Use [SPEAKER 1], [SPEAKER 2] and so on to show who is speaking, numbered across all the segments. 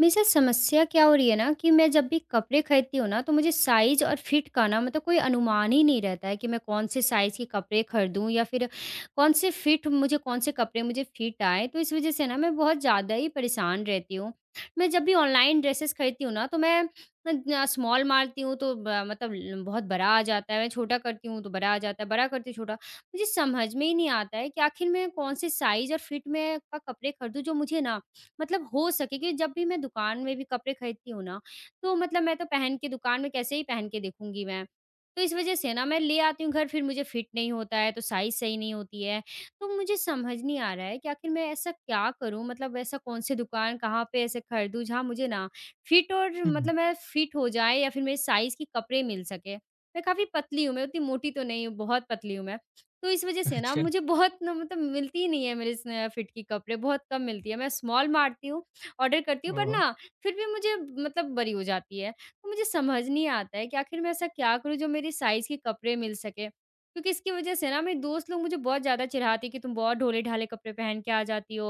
[SPEAKER 1] मेरे साथ समस्या क्या हो रही है ना कि मैं जब भी कपड़े खरीदती हूँ ना तो मुझे साइज़ और फिट का ना मतलब कोई अनुमान ही नहीं रहता है कि मैं कौन से साइज़ के कपड़े खरीदूँ या फिर कौन से फिट मुझे, कौन से कपड़े मुझे फिट आए। तो इस वजह से ना मैं बहुत ज़्यादा ही परेशान रहती हूँ। मैं जब भी ऑनलाइन ड्रेसेस खरीदती हूँ ना तो मैं स्मॉल मारती हूँ तो ब मतलब ल बहुत बड़ा आ जाता है, मैं छोटा करती हूँ तो बड़ा आ जाता है, बड़ा करती हूँ छोटा। मुझे समझ में ही नहीं आता है कि आखिर मैं कौन से साइज़ और फिट में का कपड़े खरीदूँ जो मुझे ना मतलब हो सके, क्योंकि जब भी मैं दुकान में भी कपड़े खरीदती हूँ ना, तो मतलब मैं तो पहन के, दुकान में कैसे ही पहन के देखूँगी मैं। तो इस वज़ह से ना मैं ले आती हूँ घर, फिर मुझे फिट नहीं होता है, तो साइज़ सही नहीं होती है। तो मुझे समझ नहीं आ रहा है कि आखिर मैं ऐसा क्या करूँ? मतलब ऐसा कौन सी दुकान, कहाँ पे ऐसे खरीदूँ जहाँ मुझे ना फिट और
[SPEAKER 2] हुँ, हुँ।
[SPEAKER 1] मतलब मैं फिट हो जाए या फिर मेरे साइज़ के कपड़े मिल सके। मैं काफ़ी पतली हूँ, मैं उतनी मोटी तो नहीं हूँ, बहुत पतली हूँ मैं। तो इस वज़ह से ना
[SPEAKER 2] अच्छा।
[SPEAKER 1] मुझे बहुत ना मतलब मिलती ही नहीं है मेरे स फिट की कपड़े, बहुत कम मिलती है। मैं स्मॉल मारती हूँ, ऑर्डर करती हूँ, पर
[SPEAKER 2] ओह!
[SPEAKER 1] ना फिर भी मुझे मतलब बड़ी हो जाती है। तो मुझे समझ नहीं आता है कि आखिर मैं ऐसा क्या करूँ जो मेरी साइज़ के कपड़े मिल सकें? क्योंकि इसकी वज़ह से ना मेरे दोस्त लोग मुझे बहुत ज़्यादा चिढ़ाती है कि तुम बहुत ढोले-ढाले कपड़े पहन के आ जाती हो।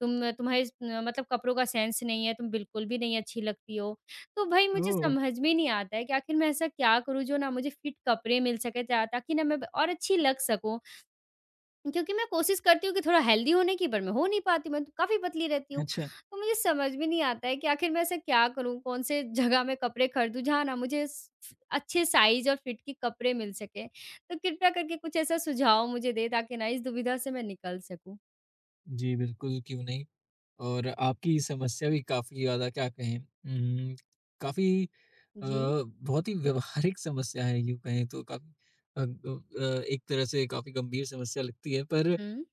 [SPEAKER 1] तुम, तुम्हारे स मतलब कपड़ों का सेंस नहीं है, तुम बिल्कुल भी नहीं अच्छी लगती हो। तो भई मुझे
[SPEAKER 2] ओह!
[SPEAKER 1] समझ में नहीं आता है कि आखिर मैं ऐसा क्या करूँ जो ना मुझे फिट कपड़े मिल सकें, ता ताकि ना मैं ब और अच्छी लग सकूँ। क्योंकि मैं कोशिश करती हूँ कि थोड़ा हेल्दी होने की, पर मैं हो नहीं पाती, मैं तो काफ़ी पतली रहती हूँ।
[SPEAKER 2] अच्छा।
[SPEAKER 1] तो मुझे समझ में नहीं आता है कि आखिर मैं ऐसा क्या करूँ? कौन से जगह में कपड़े खरीदूँ जहाँ ना मुझे स अच्छे साइज़ और फिट के कपड़े मिल सकें? तो कृपया करके कुछ ऐसा सुझाव मुझे दें ताकि ना इस दुविधा से मैं निकल सकूँ।
[SPEAKER 2] जी, बिल्कुल, क्यों नहीं। और आपकी समस्या भी काफ़ी ज़्यादा क्या कहें काफ़ी
[SPEAKER 1] जी।
[SPEAKER 2] बहुत ही व्यावहारिक समस्या है, यूँ कहें तो काफ़ी एक तरह से काफ़ी गंभीर समस्या लगती है। पर
[SPEAKER 1] हुँ।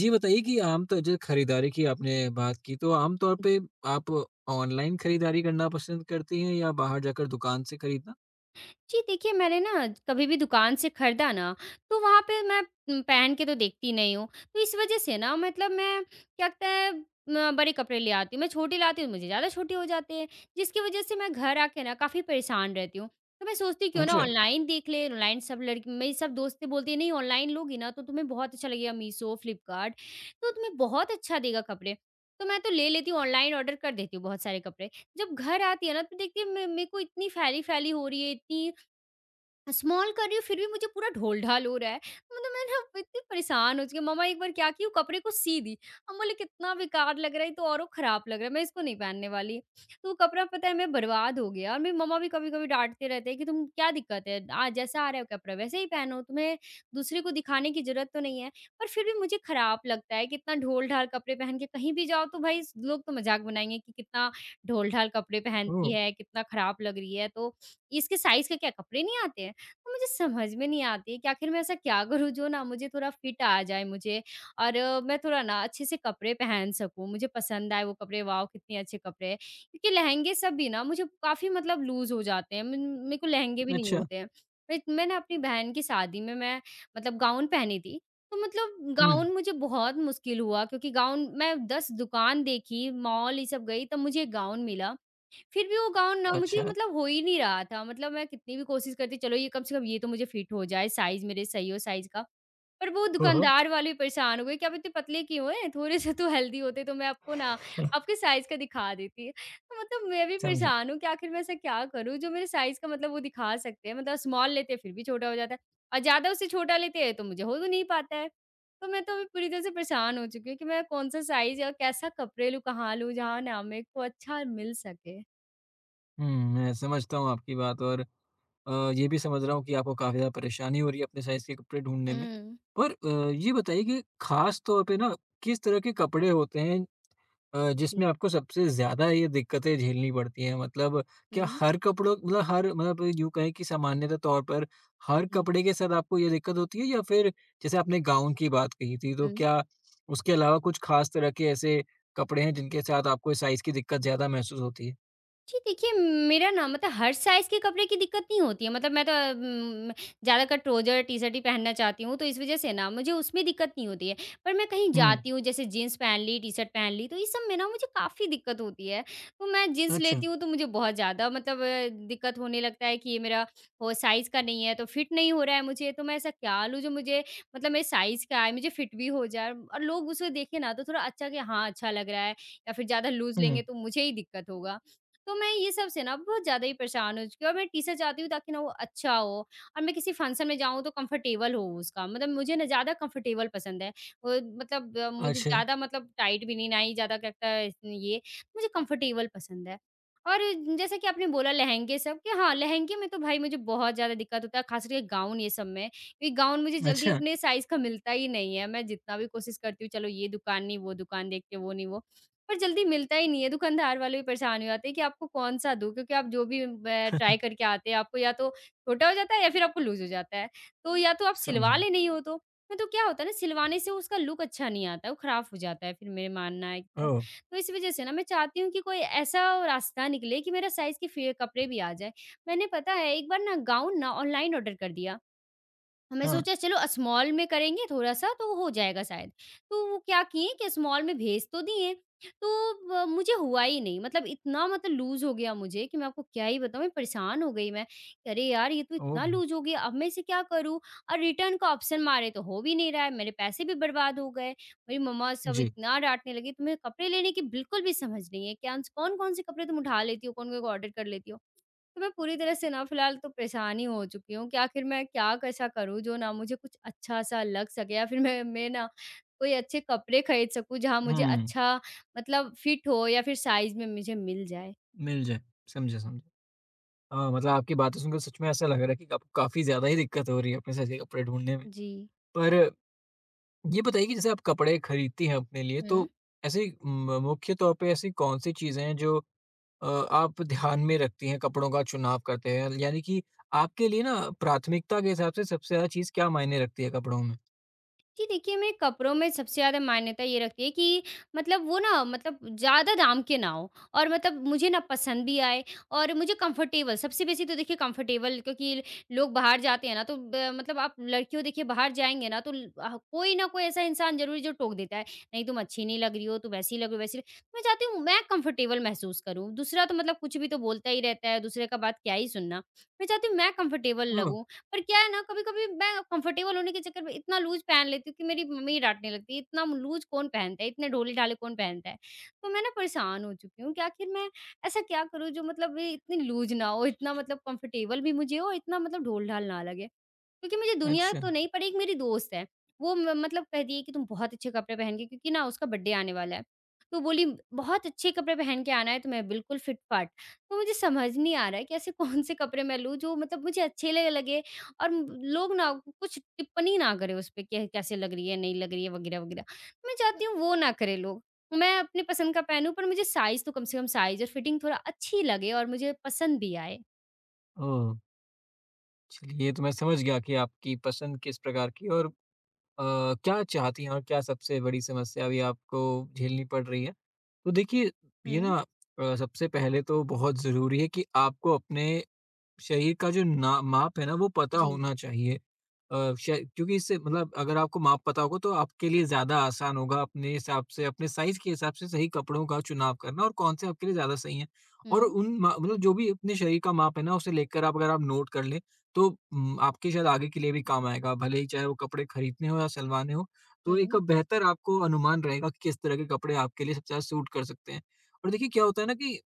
[SPEAKER 2] ये बताइए कि आम तौर जैसे खरीदारी की आपने बात की, तो आम तौर पे आप ऑनलाइन खरीदारी करना पसंद करती हैं या बाहर जाकर दुकान से खरीदना?
[SPEAKER 1] जी, देखिए मैंने ना कभी भी दुकान से खरीदा ना, तो वहाँ पे मैं पहन के तो देखती नहीं हूँ। तो इस वज़ह से ना मतलब मैं क्या कहते हैं, म बड़े कपड़े ले आती हूँ। मैं छोटे लाती हूँ मुझे ज़्यादा छोटे हो जाते हैं, जिसकी वज़ह से मैं घर आके ना काफ़ी परेशान रहती हूँ। तो मैं सोचती हूँ क्यों ना
[SPEAKER 2] अच्छा।
[SPEAKER 1] ऑनलाइन देख ले, ऑनलाइन सब लड़की, मेरी सब दोस्तें बोलती हैं, "नहीं ऑनलाइन लोगी ना तो तुम्हें बहुत अच्छा लगेगा, मीशो, फ्लिपकार्ट, तो तुम्हें बहुत अच्छा देगा कपड़े।" तो मैं तो ले लेती हूँ, ऑनलाइन ऑर्डर कर देती हूँ बहुत सारे कपड़े। जब घर आती है ना तो देखती हूँ मे मेरे को इतनी फैली-फैली हो रही है, इतनी स्मॉल कर रही हूँ फिर भी मुझे पूरा ढोल-ढाल हो रहा है। मतलब मैं ना इतनी परेशान हो चुकी हूँ। मम्मा एक बार क्या की, वो कपड़े को सी दी। हम बोले कितना बेकार लग रहा है, ये तो औरों ख़राब लग रहा है, मैं इसको नहीं पहनने वाली। तो वो कपड़ा पता है मैं बर्बाद हो गया, और मेरी मम्मा भी कभी-कभी डाँटते रहते हैं कि तुम क्या दिक्कत है? आ जैसा आ रहा है कपड़ा वैसे ही पहनो, तुम्हें दूसरे को दिखाने की ज़रूरत तो नहीं है। पर फिर भी मुझे ख़राब लगता है कि इतना ढोल-ढाल कपड़े पहन के कहीं भी जाओ तो भाई लोग तो मज़ाक बनाएँगे कि कितना ढोल-ढाल कपड़े पहनती
[SPEAKER 2] ओह!
[SPEAKER 1] है, कितना ख़राब लग रही है। तो इसके साइज़ के क्या कपड़े नहीं आते हैं? तो मुझे समझ में नहीं आती है कि आखिर मैं ऐसा क्या करूँ जो ना मुझे थोड़ा फिट आ जाए, मुझे और मैं थोड़ा ना अच्छे से कपड़े पहन सकूँ, मुझे पसंद आए वो कपड़े, वाओ! कितने अच्छे कपड़े हैं। क्योंकि लहंगे सब भी ना मुझे काफ़ी मतलब लूज़ हो जाते हैं, मन मेरे को लहंगे भी नहीं
[SPEAKER 2] अच्छा।
[SPEAKER 1] होते हैं। मैं ना अपनी बहन की शादी में मैं मतलब गाउन पहनी थी, तो मतलब
[SPEAKER 2] हुँ।
[SPEAKER 1] गाउन मुझे बहुत मुश्किल हुआ, क्योंकि गाउन मैं 10 दुकान देखी, मॉल ये सब गई तब मुझे गाउन मिला। फिर भी वो गाउन ना मुझे
[SPEAKER 2] अच्छा।
[SPEAKER 1] मतलब हो ही नहीं रहा था, मतलब मैं कितनी भी कोशिश करती चलो ये कम से कम ये तो मुझे फिट हो जाए, साइज़ मेरे सही हो साइज़ का। पर वो
[SPEAKER 2] ओह!
[SPEAKER 1] दुकानदार वाले परेशान हो गए कि आप इतने पतले क्यों हैं? थोड़े-से तो हेल्दी होते तो मैं आपको ना आपके साइज़ का दिखा देती। तो मतलब मैं भी
[SPEAKER 2] समझा।
[SPEAKER 1] परेशान हूँ कि आखिर मैं ऐसा क्या करूँ जो मेरे साइज़ का, मतलब वो दिखा सकते हैं, मतलब स्मॉल लेते हैं फिर भी छोटा हो जाता है, और ज़्यादा उससे छोटा लेते हैं तो मुझे हो तो नहीं पाता है। तो मैं तो अभी पूरी तरह से परेशान हो चुकी हूँ कि मैं कौन-सा साइज़ या कैसा कपड़े लूँ, कहाँ लूँ जहाँ ना मेरे को अच्छा मिल सके।
[SPEAKER 2] हुँ, मैं समझता हूँ आपकी बात, और ये भी समझ रहा हूँ कि आपको काफ़ी ज़्यादा परेशानी हो रही है अपने साइज़ के कपड़े ढूँढने में।
[SPEAKER 1] हुँ।
[SPEAKER 2] पर ये बताइए कि ख़ास तौर पे ना किस तरह के कपड़े होते हैं जिसमें
[SPEAKER 1] जी।
[SPEAKER 2] आपको सबसे ज़्यादा ये दिक्कतें झेलनी पड़ती हैं? मतलब क्या
[SPEAKER 1] हुँ।
[SPEAKER 2] हर कपड़ों मतलब हर मतलब यूँ कहें कि सामान्यतः तौर पर हर
[SPEAKER 1] जी।
[SPEAKER 2] कपड़े के साथ आपको ये दिक्कत होती है, या फिर जैसे आपने गाउन की बात कही थी, तो
[SPEAKER 1] हुँ।
[SPEAKER 2] क्या उसके अलावा कुछ ख़ास तरह के ऐसे कपड़े हैं जिनके साथ आपको इस साइज़ की दिक्कत ज़्यादा महसूस होती है?
[SPEAKER 1] जी, देखिए मेरा ना मतलब हर साइज़ के कपड़े की दिक्कत नहीं होती है, मतलब मैं तो ज़्यादातर ट्राउज़र, टी-शर्ट ही पहनना चाहती हूँ, तो इस वज़ह से ना मुझे उसमें दिक्कत नहीं होती है। पर मैं कहीं
[SPEAKER 2] हुँ,
[SPEAKER 1] जाती हूँ, जैसे जीन्स पहन ली, टी-शर्ट पहन ली, तो इस सब में ना मुझे काफ़ी दिक्कत होती है। तो मैं जीन्स
[SPEAKER 2] अच्छा।
[SPEAKER 1] लेती हूँ, तो मुझे बहुत ज़्यादा मतलब दिक्कत होने लगता है कि ये मेरा वो साइज़ का नहीं है, तो फिट नहीं हो रहा है मुझे, तो मैं ऐसा क्या लूँ जो मुझे मतलब मेरे साइज़ का आए, मुझे फिट भी हो जाए, और लोग उसे देखें ना तो थोड़ा अच्छा कि हाँ, अच्छा लग रहा है, या फिर ज़्यादा लूज़ लेंगे
[SPEAKER 2] हुँ।
[SPEAKER 1] तो मुझे ही दिक्कत होगा। तो मैं ये सब से ना बहुत ज़्यादा ही परेशान हो चुकी हूँ, और मैं टी-शर्ट चाहती हूँ ताकि ना वो अच्छा हो, और मैं किसी फंक्शन में जाऊँ तो कंफर्टेबल हो उसका, मतलब मुझे ना ज़्यादा कंफर्टेबल पसंद है। वो मतलब मुझे
[SPEAKER 2] अच्छा,
[SPEAKER 1] ज़्यादा मतलब टाइट भी नहीं, ना ही ज़्यादा क्या लगता है इसमें ये, मुझे कंफर्टेबल पसंद है। और जैसा कि आपने बोला लहंगे सब कि हाँ, लहंगे में तो भाई मुझे बहुत ज़्यादा दिक्कत होता है, ख़ास करके गाउन ये सब में। ये गाउन मुझे जल्दी
[SPEAKER 2] अच्छा।
[SPEAKER 1] अपने साइज़ का मिलता ही नहीं है, मैं जितना भी कोशिश करती हूँ चलो ये दुकान नहीं, वो दुकान देख के, वो नहीं वो, पर जल्दी मिलता ही नहीं है, दुकानदार वाले भी परेशान हो जाते हैं कि आपको कौन-सा दूँ? क्योंकि आप जो भी ब ट्राई करके आते हैं, आपको या तो छोटा हो जाता है या फिर आपको लूज़ हो जाता है। तो या तो आप सिलवा
[SPEAKER 2] समझा।
[SPEAKER 1] ले, नहीं हो तो। नहीं तो क्या होता है ना सिलवाने से उसका लुक अच्छा नहीं आता है, वो खराब हो जाता है फिर, मेरा मानना है तो।
[SPEAKER 2] ओह!
[SPEAKER 1] तो इस वज़ह से ना मैं चाहती हूँ कि कोई ऐसा रास्ता निकले कि मेरा साइज़ के फे कपड़े भी आ जाएँ। मैंने पता है एक बार ना गाउन ना ऑनलाइन ऑर्डर कर दिया। हमने
[SPEAKER 2] हाँ।
[SPEAKER 1] सोचा चलो स्मॉल में करेंगे थोड़ा-सा तो हो जाएगा शायद। तो वो क्या किए कि स्मॉल में भेज तो दिए, तो ब मुझे हुआ ही नहीं। मतलब इतना मतलब लूज़ हो गया मुझे कि मैं आपको क्या ही बताऊँ, मैं परेशान हो गई मैं। कि अरे यार! ये तो
[SPEAKER 2] ओह!
[SPEAKER 1] इतना लूज़ हो गया, अब मैं इसे क्या करूँ? और रिटर्न का ऑप्शन मारे तो हो भी नहीं रहा है, मेरे पैसे भी बर्बाद हो गए। मेरी मम्मा सब
[SPEAKER 2] जी।
[SPEAKER 1] इतना डाँटने लगी, तुम्हें कपड़े लेने की बिल्कुल भी समझ नहीं है। क्या कौन-कौन से कपड़े तुम उठा लेती हो, कौन-कौन को ऑर्डर कर लेती हो? तो मैं पूरी तरह से ना फिलहाल तो परेशान ही हो चुकी हूँ कि आखिर मैं क्या कैसा करूँ जो ना मुझे कुछ अच्छा-सा लग सके, या फिर मैं ना कोई अच्छे कपड़े खरीद सकूँ जहाँ मुझे
[SPEAKER 2] हुँ,
[SPEAKER 1] अच्छा मतलब फिट हो या फिर साइज़ में मुझे मिल जाए।
[SPEAKER 2] मिल जाए। समझा, समझा। मतलब आपकी बातें सुनकर सच में ऐसा लग रहा है कि आपको काफ़ी ज़्यादा ही दिक्कत हो रही है अपने साइज़ के कपड़े ढूँढने में।
[SPEAKER 1] जी।
[SPEAKER 2] पर ये बताइए कि जैसे आप कपड़े खरीदती हैं अपने लिए, तो ऐसे म मुख्य तौर पे ऐसी कौन-सी चीज़ें हैं जो आप ध्यान में रखती हैं कपड़ों का चुनाव करते हैं? यानी कि आपके लिए ना प्राथमिकता के हिसाब से सबसे ज़्यादा चीज़ क्या मायने रखती है कपड़ों में?
[SPEAKER 1] जी, देखिए मैं कपड़ों में सबसे ज़्यादा मान्यता ये रखती है कि मतलब वो ना मतलब ज़्यादा दाम के ना हो, और मतलब मुझे ना पसंद भी आए, और मुझे कंफर्टेबल सबसे बेसी, तो देखिए कंफर्टेबल, क्योंकि लोग बाहर जाते हैं ना तो ब मतलब आप लड़कियों देखिए बाहर जाएँगे ना तो कोई ना कोई ऐसा इंसान ज़रूर है जो टोक देता है, नहीं तुम अच्छी नहीं लग रही हो, तुम ऐसी लग रही हो, वैसी लग, मैं चाहती हूँ मैं कंफर्टेबल महसूस करूँ, दूसरा तो मतलब कुछ भी तो बोलता ही रहता है, दूसरे का बात क्या ही सुनना। मैं चाहती हूँ मैं कंफर्टेबल
[SPEAKER 2] ओह!
[SPEAKER 1] लगूँ, पर क्या है ना कभी-कभी मैं कंफर्टेबल होने के चक्कर में इतना लूज़ पहन लेती हूँ कि मेरी मम्मी डाँटने लगती है, "इतना लूज़ कौन पहनता है? इतने ढोले-ढाले कौन पहनता है?" तो मैं ना परेशान हो चुकी हूँ कि आखिर मैं ऐसा क्या करूँ जो मतलब ये इतनी लूज़ ना हो, इतना मतलब कंफर्टेबल भी मुझे हो, इतना मतलब ढोल-ढाल ना लगे। क्योंकि मुझे दुनिया
[SPEAKER 2] अच्छा।
[SPEAKER 1] तो नहीं पड़ी, एक मेरी दोस्त है। वो म मतलब कहती है कि तुम बहुत अच्छे कपड़े पहन के, क्योंकि ना उसका बर्थडे आने वाला है। तो बोली बहुत अच्छे कपड़े पहन के आना है तुम्हें, बिल्कुल फिट-फाट। तो मुझे समझ नहीं आ रहा है कि ऐसे कौन-से कपड़े मैं लूँ जो मतलब मुझे अच्छे ल लगे, और लोग ना कुछ टिप्पणी ना करें उस पे कि कैसे लग रही है, नहीं लग रही है वगैरह-वगैरह। मैं चाहती हूँ वो ना करें लोग। मैं अपनी पसंद का पहनूँ, पर मुझे साइज़ तो कम से कम साइज़ और फिटिंग थोड़ा अच्छी लगे और मुझे पसंद भी आए।
[SPEAKER 2] ओह! चलिए, ये तो मैं समझ गया कि आपकी पसंद किस प्रकार की है और अ, क्या चाहती हैं और क्या सबसे बड़ी समस्या अभी आपको झेलनी पड़ रही है। तो देखिए, ये
[SPEAKER 1] हुँ,
[SPEAKER 2] ना सबसे पहले तो बहुत ज़रूरी है कि आपको अपने शरीर का जो ना माप है ना वो पता
[SPEAKER 1] जी।
[SPEAKER 2] होना चाहिए। अ, श क्योंकि इससे मतलब अगर आपको माप पता होगा तो आपके लिए ज़्यादा आसान होगा अपने हिसाब से, अपने साइज़ के हिसाब से सही कपड़ों का चुनाव करना, और कौन से आपके लिए ज़्यादा सही हैं। और
[SPEAKER 1] हुँ,
[SPEAKER 2] उन म मतलब जो भी अपने शरीर का माप है ना, उसे लेकर आप अगर आप नोट कर लें, तो आपके शायद आगे के लिए भी काम आएगा। भले ही चाहे वो कपड़े खरीदने हो या सिलवाने हो, तो एक
[SPEAKER 1] हुँ,
[SPEAKER 2] बेहतर आपको अनुमान रहेगा कि किस तरह के कपड़े आपके लिए सबसे ज़्यादा सूट कर सकते हैं। और देखिए क्या होता है ना कि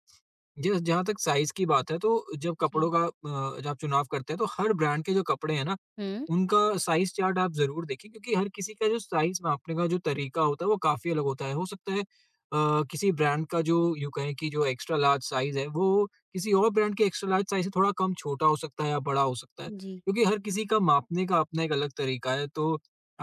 [SPEAKER 2] जी, जहाँ तक साइज़ की बात है, तो जब
[SPEAKER 1] जी।
[SPEAKER 2] आप चुनाव करते हैं तो हर ब्रांड के जो कपड़े हैं ना,
[SPEAKER 1] हुँ।
[SPEAKER 2] उनका साइज़ चार्ट आप ज़रूर देखें, क्योंकि हर किसी का जो साइज़ मापने का जो तरीका होता है वो काफ़ी अलग होता है। हो सकता है किसी ब्रांड का जो यूँ कहें कि जो एक्स्ट्रा लार्ज साइज़ है वो किसी और ब्रांड के एक्स्ट्रा लार्ज साइज़ से थोड़ा कम छोटा हो सकता है या बड़ा हो सकता है।
[SPEAKER 1] जी।
[SPEAKER 2] क्योंकि हर किसी का मापने का अपना एक अलग तरीका है, तो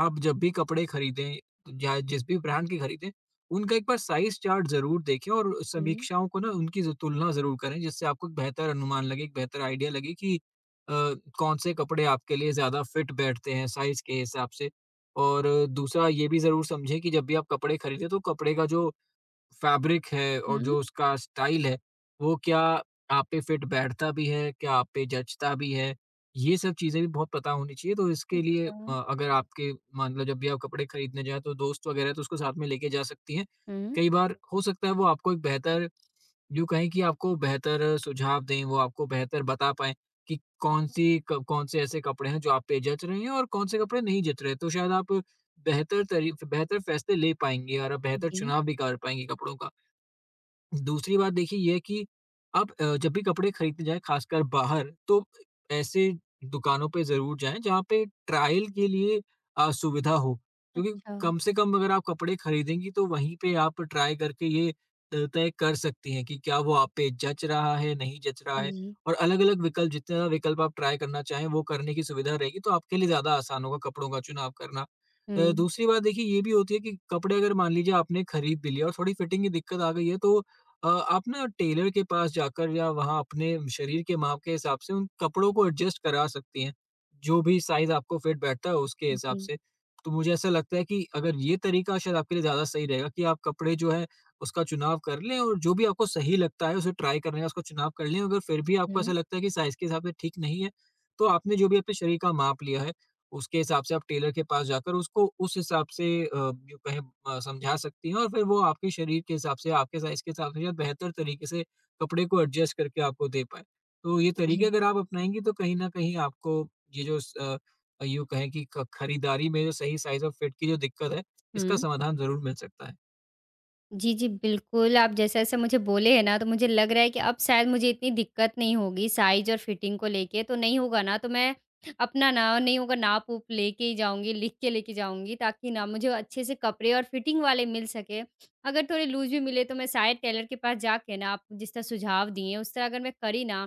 [SPEAKER 2] आप जब भी कपड़े खरीदें या जिस भी ब्रांड के खरीदें, उनका एक बार साइज़ चार्ट ज़रूर देखें और
[SPEAKER 1] हुँ।
[SPEAKER 2] समीक्षाओं को ना उनकी ज तुलना ज़रूर करें, जिससे आपको एक बेहतर अनुमान लगे, एक बेहतर आइडिया लगे कि अ, कौन से कपड़े आपके लिए ज़्यादा फिट बैठते हैं साइज़ के हिसाब से। और दूसरा ये भी ज़रूर समझें कि जब भी आप कपड़े खरीदें तो कपड़े का जो फैब्रिक है और
[SPEAKER 1] हुँ।
[SPEAKER 2] जो उसका स्टाइल है, वो क्या आप पे फिट बैठता भी है, क्या आप पे जचता भी है? ये सब चीज़ें भी बहुत पता होनी चाहिए, तो इसके लिए
[SPEAKER 1] अच्छा।
[SPEAKER 2] अगर आपके मान लो जब भी आप कपड़े खरीदने जाएँ तो दोस्त वगैरह है तो उसको साथ में लेके जा सकती हैं।
[SPEAKER 1] हुँ।
[SPEAKER 2] कई बार हो सकता है वो आपको एक बेहतर यूँ कहें कि आपको बेहतर सुझाव दें, वो आपको बेहतर बता पाएँ कि कौन से ऐसे कपड़े हैं जो आप पे जच रहे हैं और कौन से कपड़े नहीं जच रहे। तो शायद आप बेहतर तरी बेहतर फैसले ले पाएँगे और आप बेहतर
[SPEAKER 1] जी।
[SPEAKER 2] चुनाव भी कर पाएँगे कपड़ों का। दूसरी बात देखिए, ये है कि आप जब भी कपड़े खरीदने जाएँ खासकर बाहर, तो ऐसे दुकानों पे ज़रूर जाएँ जहाँ पे ट्रायल के लिए सुविधा हो। क्योंकि
[SPEAKER 1] अच्छा।
[SPEAKER 2] कम से कम अगर आप कपड़े खरीदेंगी तो वहीं पे आप ट्राई करके ये तय कर सकती हैं कि क्या वो आप पे जच रहा है, नहीं जच रहा है,
[SPEAKER 1] जी।
[SPEAKER 2] और अलग-अलग विकल्प जितने ज़्यादा विकल्प आप ट्राई करना चाहें वो करने की सुविधा रहेगी, तो आपके लिए ज़्यादा आसान होगा कपड़ों का चुनाव करना।
[SPEAKER 1] हुँ।
[SPEAKER 2] दूसरी बात देखिए ये भी होती है कि कपड़े अगर मान लीजिए आपने खरीद भी लिए और थोड़ी फिटिंग की दिक्कत आ गई है, तो आप ना टेलर के पास जाकर या वहाँ अपने शरीर के माप के हिसाब से उन कपड़ों को एडजस्ट करा सकती हैं। जो भी साइज़ आपको फिट बैठता है उसके
[SPEAKER 1] जी।
[SPEAKER 2] हिसाब
[SPEAKER 1] जी।
[SPEAKER 2] से। तो मुझे ऐसा लगता है कि अगर ये तरीका शायद आपके लिए ज़्यादा सही रहेगा कि आप कपड़े जो है उसका चुनाव कर लें और जो भी आपको सही लगता है उसे ट्राई करने का उसका चुनाव कर लें। अगर फिर भी आपको
[SPEAKER 1] हुँ।
[SPEAKER 2] ऐसा लगता है कि साइज़ के हिसाब से ठीक नहीं है, तो आपने जो भी अपने शरीर का माप लिया है उसके हिसाब से आप टेलर के पास जाकर उसको उस हिसाब से यूँ कहें समझा सकती हैं, और फिर वो आपके शरीर के हिसाब से, आपके साइज़ के हिसाब से शायद बेहतर तरीके से कपड़े को एडजस्ट करके आपको दे पाएँ। तो ये तरीके
[SPEAKER 1] जी।
[SPEAKER 2] अगर आप अपनाएँगी, तो कहीं न कहीं आपको ये जो यूँ कहें कि ख खरीदारी में जो सही साइज़ और फिट की जो दिक्कत है, इसका
[SPEAKER 1] हुँ।
[SPEAKER 2] समाधान ज़रूर मिल सकता है।
[SPEAKER 1] जी, जी, बिल्कुल, आप जैसे-जैसे मुझे बोले हैं ना, तो मुझे लग रहा है कि अब शायद मुझे इतनी दिक्कत नहीं होगी साइज़ और फिटिंग को लेके, तो नहीं होगा ना, तो मैं अपना ना नहीं होगा नाप-वूप लेके ही जाऊँगी, लिख के लेके जाऊँगी, ताकि ना मुझे अच्छे से कपड़े और फिटिंग वाले मिल सके। अगर थोड़े लूज़ भी मिले, तो मैं शायद टेलर के पास जाके ना, आप जिस तरह सुझाव दिए, उस तरह अगर मैं करी ना,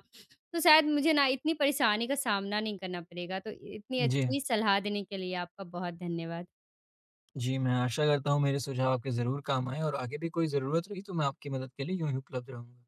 [SPEAKER 1] तो शायद मुझे ना इतनी परेशानी का सामना नहीं करना पड़ेगा। तो इ इतनी
[SPEAKER 2] जी।
[SPEAKER 1] अच्छी सलाह देने के लिए आपका बहुत धन्यवाद।
[SPEAKER 2] जी, मैं आशा करता हूँ मेरे सुझाव आपके ज़रूर काम आएँ, और आगे भी कोई ज़रूरत रही तो मैं आपकी मदद के लिए यूँ ही उपलब्ध रहूँगा।